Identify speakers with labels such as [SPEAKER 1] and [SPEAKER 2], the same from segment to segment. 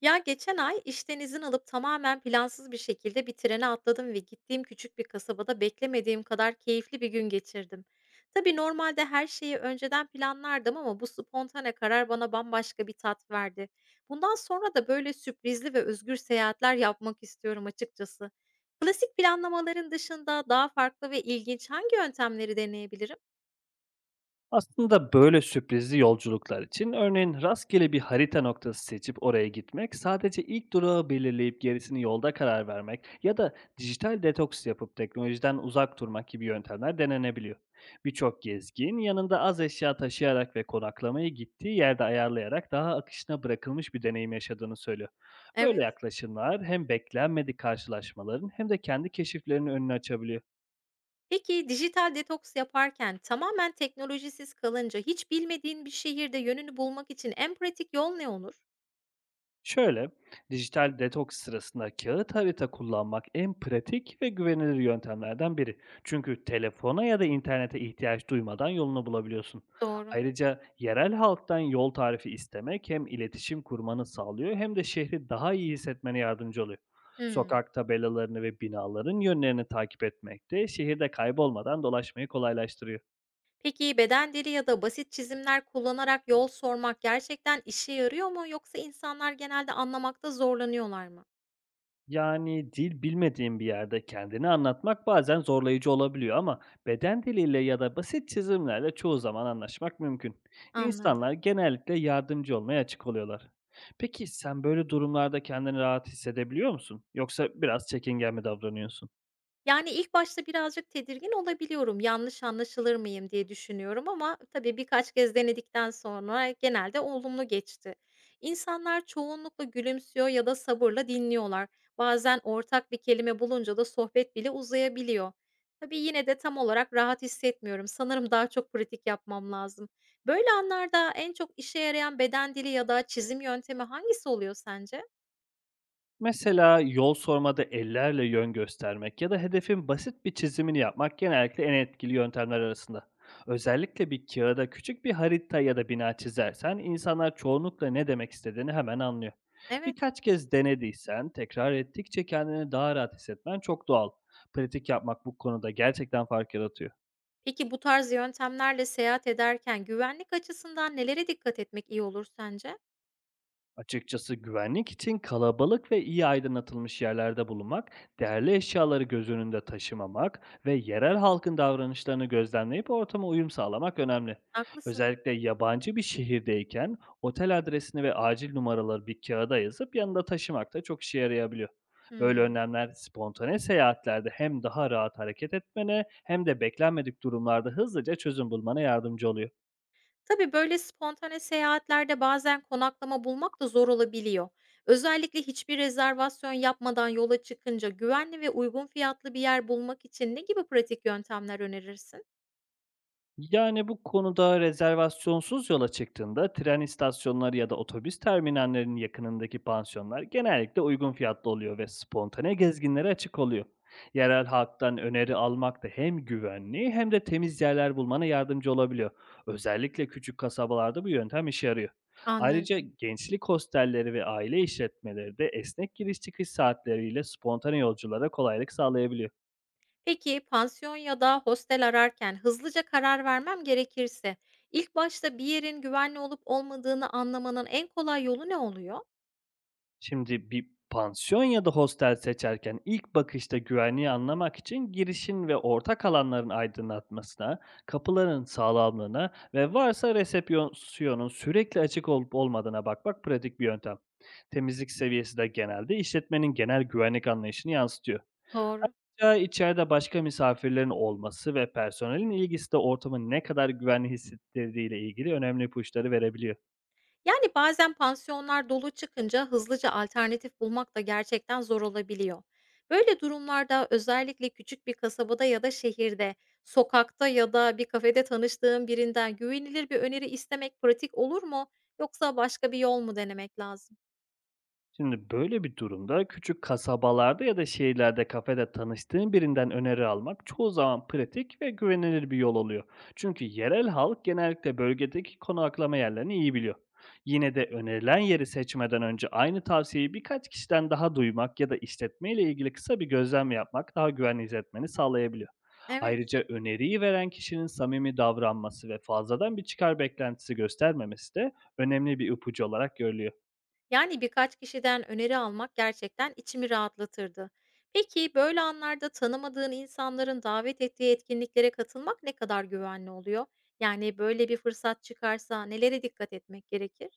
[SPEAKER 1] Ya geçen ay işten izin alıp tamamen plansız bir şekilde bir trene atladım ve gittiğim küçük bir kasabada beklemediğim kadar keyifli bir gün geçirdim. Tabii normalde her şeyi önceden planlardım ama bu spontane karar bana bambaşka bir tat verdi. Bundan sonra da böyle sürprizli ve özgür seyahatler yapmak istiyorum açıkçası. Klasik planlamaların dışında daha farklı ve ilginç hangi yöntemleri deneyebilirim?
[SPEAKER 2] Aslında böyle sürprizli yolculuklar için örneğin rastgele bir harita noktası seçip oraya gitmek, sadece ilk durağı belirleyip gerisini yolda karar vermek ya da dijital detoks yapıp teknolojiden uzak durmak gibi yöntemler denenebiliyor. Birçok gezgin yanında az eşya taşıyarak ve konaklamayı gittiği yerde ayarlayarak daha akışına bırakılmış bir deneyim yaşadığını söylüyor. Böyle
[SPEAKER 1] Evet.
[SPEAKER 2] yaklaşımlar hem beklenmedik karşılaşmaların hem de kendi keşiflerinin önünü açabiliyor.
[SPEAKER 1] Peki dijital detoks yaparken tamamen teknolojisiz kalınca hiç bilmediğin bir şehirde yönünü bulmak için en pratik yol ne olur?
[SPEAKER 2] Şöyle, dijital detoks sırasında kağıt harita kullanmak en pratik ve güvenilir yöntemlerden biri. Çünkü telefona ya da internete ihtiyaç duymadan yolunu bulabiliyorsun.
[SPEAKER 1] Doğru.
[SPEAKER 2] Ayrıca yerel halktan yol tarifi istemek hem iletişim kurmanı sağlıyor hem de şehri daha iyi hissetmene yardımcı oluyor.
[SPEAKER 1] Hımm.
[SPEAKER 2] Sokak tabelalarını ve binaların yönlerini takip etmek de şehirde kaybolmadan dolaşmayı kolaylaştırıyor.
[SPEAKER 1] Peki beden dili ya da basit çizimler kullanarak yol sormak gerçekten işe yarıyor mu yoksa insanlar genelde anlamakta zorlanıyorlar mı?
[SPEAKER 2] Yani, dil bilmediğin bir yerde kendini anlatmak bazen zorlayıcı olabiliyor ama beden diliyle ya da basit çizimlerle çoğu zaman anlaşmak mümkün.
[SPEAKER 1] Anladım.
[SPEAKER 2] İnsanlar genellikle yardımcı olmaya açık oluyorlar. Peki sen böyle durumlarda kendini rahat hissedebiliyor musun? Yoksa biraz çekingen mi davranıyorsun?
[SPEAKER 1] Yani, ilk başta birazcık tedirgin olabiliyorum. Yanlış anlaşılır mıyım diye düşünüyorum ama tabii birkaç kez denedikten sonra genelde olumlu geçti. İnsanlar çoğunlukla gülümsüyor ya da sabırla dinliyorlar. Bazen ortak bir kelime bulunca da sohbet bile uzayabiliyor. Tabii yine de tam olarak rahat hissetmiyorum. Sanırım daha çok pratik yapmam lazım. Böyle anlarda en çok işe yarayan beden dili ya da çizim yöntemi hangisi oluyor sence?
[SPEAKER 2] Mesela yol sormada ellerle yön göstermek ya da hedefin basit bir çizimini yapmak genellikle en etkili yöntemler arasında. Özellikle bir kağıda küçük bir harita ya da bina çizersen, insanlar çoğunlukla ne demek istediğini hemen anlıyor.
[SPEAKER 1] Evet.
[SPEAKER 2] Birkaç kez denediysen, tekrar ettikçe kendini daha rahat hissetmen çok doğal. Pratik yapmak bu konuda gerçekten fark yaratıyor.
[SPEAKER 1] Peki bu tarz yöntemlerle seyahat ederken güvenlik açısından nelere dikkat etmek iyi olur sence?
[SPEAKER 2] Açıkçası güvenlik için kalabalık ve iyi aydınlatılmış yerlerde bulunmak, değerli eşyaları göz önünde taşımamak ve yerel halkın davranışlarını gözlemleyip ortama uyum sağlamak önemli.
[SPEAKER 1] Haklısın.
[SPEAKER 2] Özellikle yabancı bir şehirdeyken otel adresini ve acil numaraları bir kağıda yazıp yanında taşımak da çok işe yarayabiliyor. Böyle
[SPEAKER 1] Hımm.
[SPEAKER 2] önlemler spontane seyahatlerde hem daha rahat hareket etmene hem de beklenmedik durumlarda hızlıca çözüm bulmana yardımcı oluyor.
[SPEAKER 1] Tabii, böyle spontane seyahatlerde bazen konaklama bulmak da zor olabiliyor. Özellikle hiçbir rezervasyon yapmadan yola çıkınca güvenli ve uygun fiyatlı bir yer bulmak için ne gibi pratik yöntemler önerirsin?
[SPEAKER 2] Yani, bu konuda rezervasyonsuz yola çıktığında tren istasyonları ya da otobüs terminallerinin yakınındaki pansiyonlar genellikle uygun fiyatlı oluyor ve spontane gezginlere açık oluyor. Yerel halktan öneri almak da hem güvenli hem de temiz yerler bulmana yardımcı olabiliyor. Özellikle küçük kasabalarda bu yöntem işe yarıyor. Ayrıca
[SPEAKER 1] Anladım.
[SPEAKER 2] gençlik hostelleri ve aile işletmeleri de esnek giriş çıkış saatleriyle spontane yolculara kolaylık sağlayabiliyor.
[SPEAKER 1] Peki pansiyon ya da hostel ararken hızlıca karar vermem gerekirse ilk başta bir yerin güvenli olup olmadığını anlamanın en kolay yolu ne oluyor?
[SPEAKER 2] Şimdi, bir pansiyon ya da hostel seçerken ilk bakışta güvenliği anlamak için girişin ve ortak alanların aydınlatmasına, kapıların sağlamlığına ve varsa resepsiyonun sürekli açık olup olmadığına bakmak pratik bir yöntem. Temizlik seviyesi de genelde işletmenin genel güvenlik anlayışını yansıtıyor.
[SPEAKER 1] Doğru.
[SPEAKER 2] Ya, İçeride başka misafirlerin olması ve personelin ilgisi de ortamın ne kadar güvenli hissettirdiğiyle ilgili önemli ipuçları verebiliyor.
[SPEAKER 1] Yani, bazen pansiyonlar dolu çıkınca hızlıca alternatif bulmak da gerçekten zor olabiliyor. Böyle durumlarda özellikle küçük bir kasabada ya da şehirde, sokakta ya da bir kafede tanıştığın birinden güvenilir bir öneri istemek pratik olur mu yoksa başka bir yol mu denemek lazım?
[SPEAKER 2] Şimdi, böyle bir durumda küçük kasabalarda ya da şehirlerde kafede tanıştığın birinden öneri almak çoğu zaman pratik ve güvenilir bir yol oluyor. Çünkü yerel halk genellikle bölgedeki konaklama yerlerini iyi biliyor. Yine de önerilen yeri seçmeden önce aynı tavsiyeyi birkaç kişiden daha duymak ya da işletmeyle ilgili kısa bir gözlem yapmak daha güvenli hissetmeni sağlayabiliyor.
[SPEAKER 1] Evet.
[SPEAKER 2] Ayrıca öneriyi veren kişinin samimi davranması ve fazladan bir çıkar beklentisi göstermemesi de önemli bir ipucu olarak görülüyor.
[SPEAKER 1] Yani birkaç kişiden öneri almak gerçekten içimi rahatlatırdı. Peki böyle anlarda tanımadığın insanların davet ettiği etkinliklere katılmak ne kadar güvenli oluyor? Yani böyle bir fırsat çıkarsa nelere dikkat etmek gerekir?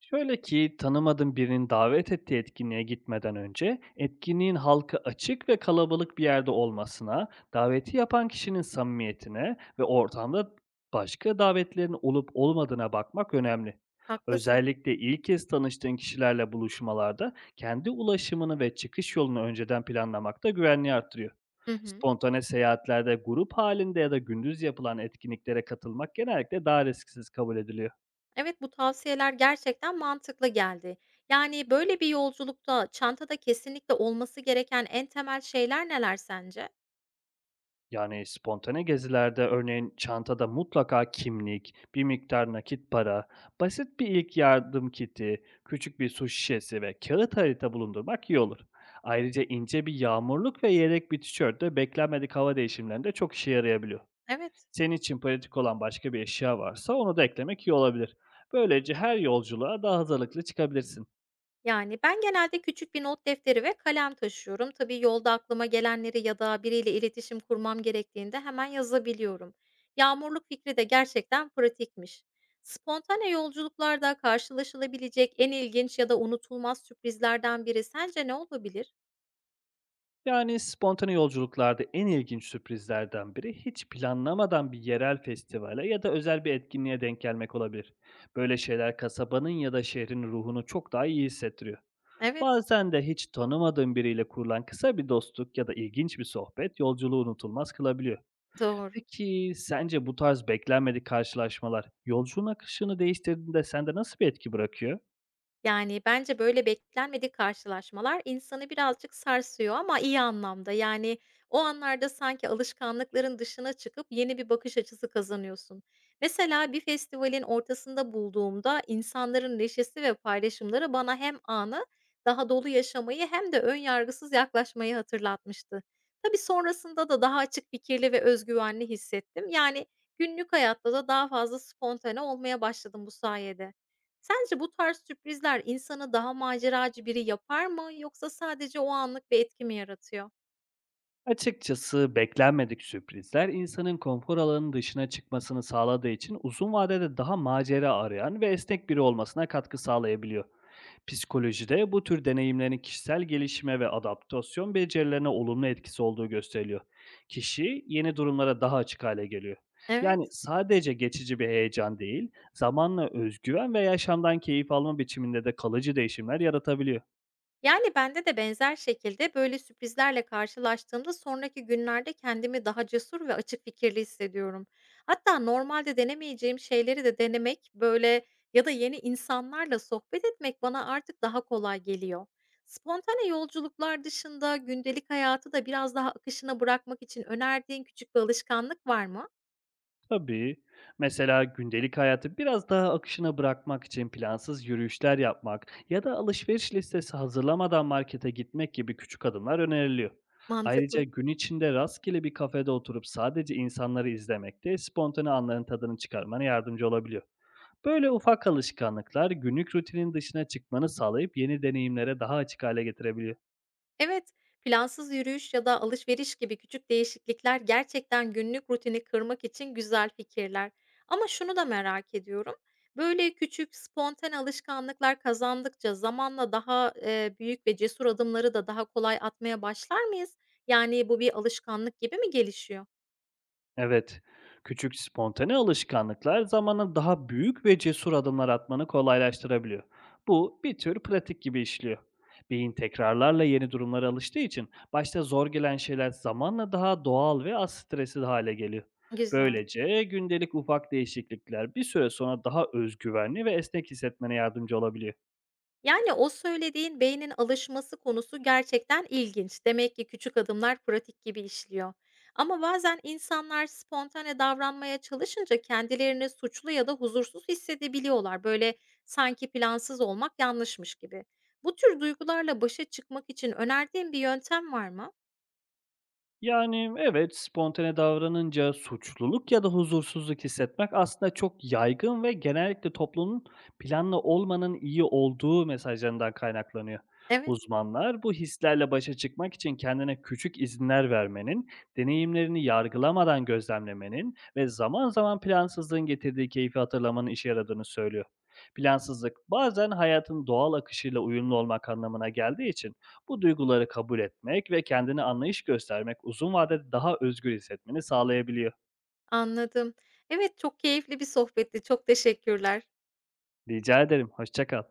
[SPEAKER 2] Şöyle ki, tanımadığın birinin davet ettiği etkinliğe gitmeden önce etkinliğin halka açık ve kalabalık bir yerde olmasına, daveti yapan kişinin samimiyetine ve ortamda başka davetlerin olup olmadığına bakmak önemli.
[SPEAKER 1] Haklısın.
[SPEAKER 2] Özellikle ilk kez tanıştığın kişilerle buluşmalarda kendi ulaşımını ve çıkış yolunu önceden planlamak da güvenliği arttırıyor.
[SPEAKER 1] Hı hı.
[SPEAKER 2] Spontane seyahatlerde grup halinde ya da gündüz yapılan etkinliklere katılmak genellikle daha risksiz kabul ediliyor.
[SPEAKER 1] Evet, bu tavsiyeler gerçekten mantıklı geldi. Yani böyle bir yolculukta çantada kesinlikle olması gereken en temel şeyler neler sence?
[SPEAKER 2] Yani, spontane gezilerde örneğin çantada mutlaka kimlik, bir miktar nakit para, basit bir ilk yardım kiti, küçük bir su şişesi ve kâğıt harita bulundurmak iyi olur. Ayrıca ince bir yağmurluk ve yedek bir tişört de beklenmedik hava değişimlerinde çok işe yarayabiliyor.
[SPEAKER 1] Evet.
[SPEAKER 2] Senin için pratik olan başka bir eşya varsa onu da eklemek iyi olabilir. Böylece her yolculuğa daha hazırlıklı çıkabilirsin.
[SPEAKER 1] Yani ben genelde küçük bir not defteri ve kalem taşıyorum. Tabii yolda aklıma gelenleri ya da biriyle iletişim kurmam gerektiğinde hemen yazabiliyorum. Yağmurluk fikri de gerçekten pratikmiş. Spontane yolculuklarda karşılaşılabilecek en ilginç ya da unutulmaz sürprizlerden biri sence ne olabilir?
[SPEAKER 2] Yani, spontane yolculuklarda en ilginç sürprizlerden biri hiç planlamadan bir yerel festivale ya da özel bir etkinliğe denk gelmek olabilir. Böyle şeyler kasabanın ya da şehrin ruhunu çok daha iyi hissettiriyor.
[SPEAKER 1] Evet,
[SPEAKER 2] Bazen de hiç tanımadığın biriyle kurulan kısa bir dostluk ya da ilginç bir sohbet yolculuğu unutulmaz kılabiliyor.
[SPEAKER 1] doğru.
[SPEAKER 2] Peki sence bu tarz beklenmedik karşılaşmalar yolculuğun akışını değiştirdiğinde sende nasıl bir etki bırakıyor?
[SPEAKER 1] Yani, bence böyle beklenmedik karşılaşmalar insanı birazcık sarsıyor ama iyi anlamda. Yani, o anlarda sanki alışkanlıkların dışına çıkıp yeni bir bakış açısı kazanıyorsun. Mesela bir festivalin ortasında bulduğumda insanların neşesi ve paylaşımları bana hem anı daha dolu yaşamayı hem de ön yargısız yaklaşmayı hatırlatmıştı. Tabii sonrasında da daha açık fikirli ve özgüvenli hissettim. Yani, günlük hayatta da daha fazla spontane olmaya başladım bu sayede. Sence bu tarz sürprizler insanı daha maceracı biri yapar mı yoksa sadece o anlık bir etki mi yaratıyor?
[SPEAKER 2] Açıkçası beklenmedik sürprizler insanın konfor alanının dışına çıkmasını sağladığı için uzun vadede daha macera arayan ve esnek biri olmasına katkı sağlayabiliyor. Psikolojide bu tür deneyimlerin kişisel gelişime ve adaptasyon becerilerine olumlu etkisi olduğu gösteriliyor. Kişi yeni durumlara daha açık hale geliyor.
[SPEAKER 1] Evet.
[SPEAKER 2] Yani sadece geçici bir heyecan değil, zamanla özgüven ve yaşamdan keyif alma biçiminde de kalıcı değişimler yaratabiliyor.
[SPEAKER 1] Yani bende de benzer şekilde böyle sürprizlerle karşılaştığımda sonraki günlerde kendimi daha cesur ve açık fikirli hissediyorum. Hatta normalde denemeyeceğim şeyleri de denemek, böyle ya da yeni insanlarla sohbet etmek bana artık daha kolay geliyor. Spontane yolculuklar dışında gündelik hayatı da biraz daha akışına bırakmak için önerdiğin küçük bir alışkanlık var mı?
[SPEAKER 2] Tabii. Mesela gündelik hayatı biraz daha akışına bırakmak için plansız yürüyüşler yapmak ya da alışveriş listesi hazırlamadan markete gitmek gibi küçük adımlar öneriliyor. Ayrıca
[SPEAKER 1] Mantıklı.
[SPEAKER 2] gün içinde rastgele bir kafede oturup sadece insanları izlemek de spontane anların tadını çıkarmana yardımcı olabiliyor. Böyle ufak alışkanlıklar günlük rutinin dışına çıkmanı sağlayıp yeni deneyimlere daha açık hale getirebiliyor.
[SPEAKER 1] Evet, plansız yürüyüş ya da alışveriş gibi küçük değişiklikler gerçekten günlük rutini kırmak için güzel fikirler. Ama şunu da merak ediyorum. Böyle küçük spontane alışkanlıklar kazandıkça zamanla daha büyük ve cesur adımları da daha kolay atmaya başlar mıyız? Yani bu bir alışkanlık gibi mi gelişiyor?
[SPEAKER 2] Evet, küçük spontane alışkanlıklar zamanla daha büyük ve cesur adımlar atmanı kolaylaştırabiliyor. Bu bir tür pratik gibi işliyor. Beyin tekrarlarla yeni durumlara alıştığı için başta zor gelen şeyler zamanla daha doğal ve az stresli hale geliyor.
[SPEAKER 1] Güzel.
[SPEAKER 2] Böylece gündelik ufak değişiklikler bir süre sonra daha özgüvenli ve esnek hissetmene yardımcı olabiliyor.
[SPEAKER 1] Yani, o söylediğin beynin alışması konusu gerçekten ilginç. Demek ki küçük adımlar pratik gibi işliyor. Ama bazen insanlar spontane davranmaya çalışınca kendilerini suçlu ya da huzursuz hissedebiliyorlar. Böyle sanki plansız olmak yanlışmış gibi. Bu tür duygularla başa çıkmak için önerdiğin bir yöntem var mı?
[SPEAKER 2] Yani, evet, spontane davranınca suçluluk ya da huzursuzluk hissetmek aslında çok yaygın ve genellikle toplumun planlı olmanın iyi olduğu mesajlarından kaynaklanıyor.
[SPEAKER 1] Evet,
[SPEAKER 2] Uzmanlar bu hislerle başa çıkmak için kendine küçük izinler vermenin, deneyimlerini yargılamadan gözlemlemenin ve zaman zaman plansızlığın getirdiği keyfi hatırlamanın işe yaradığını söylüyor. Plansızlık bazen hayatın doğal akışıyla uyumlu olmak anlamına geldiği için bu duyguları kabul etmek ve kendine anlayış göstermek uzun vadede daha özgür hissetmeni sağlayabiliyor.
[SPEAKER 1] anladım. Evet, çok keyifli bir sohbetti. Çok teşekkürler.
[SPEAKER 2] Rica ederim, hoşça kal.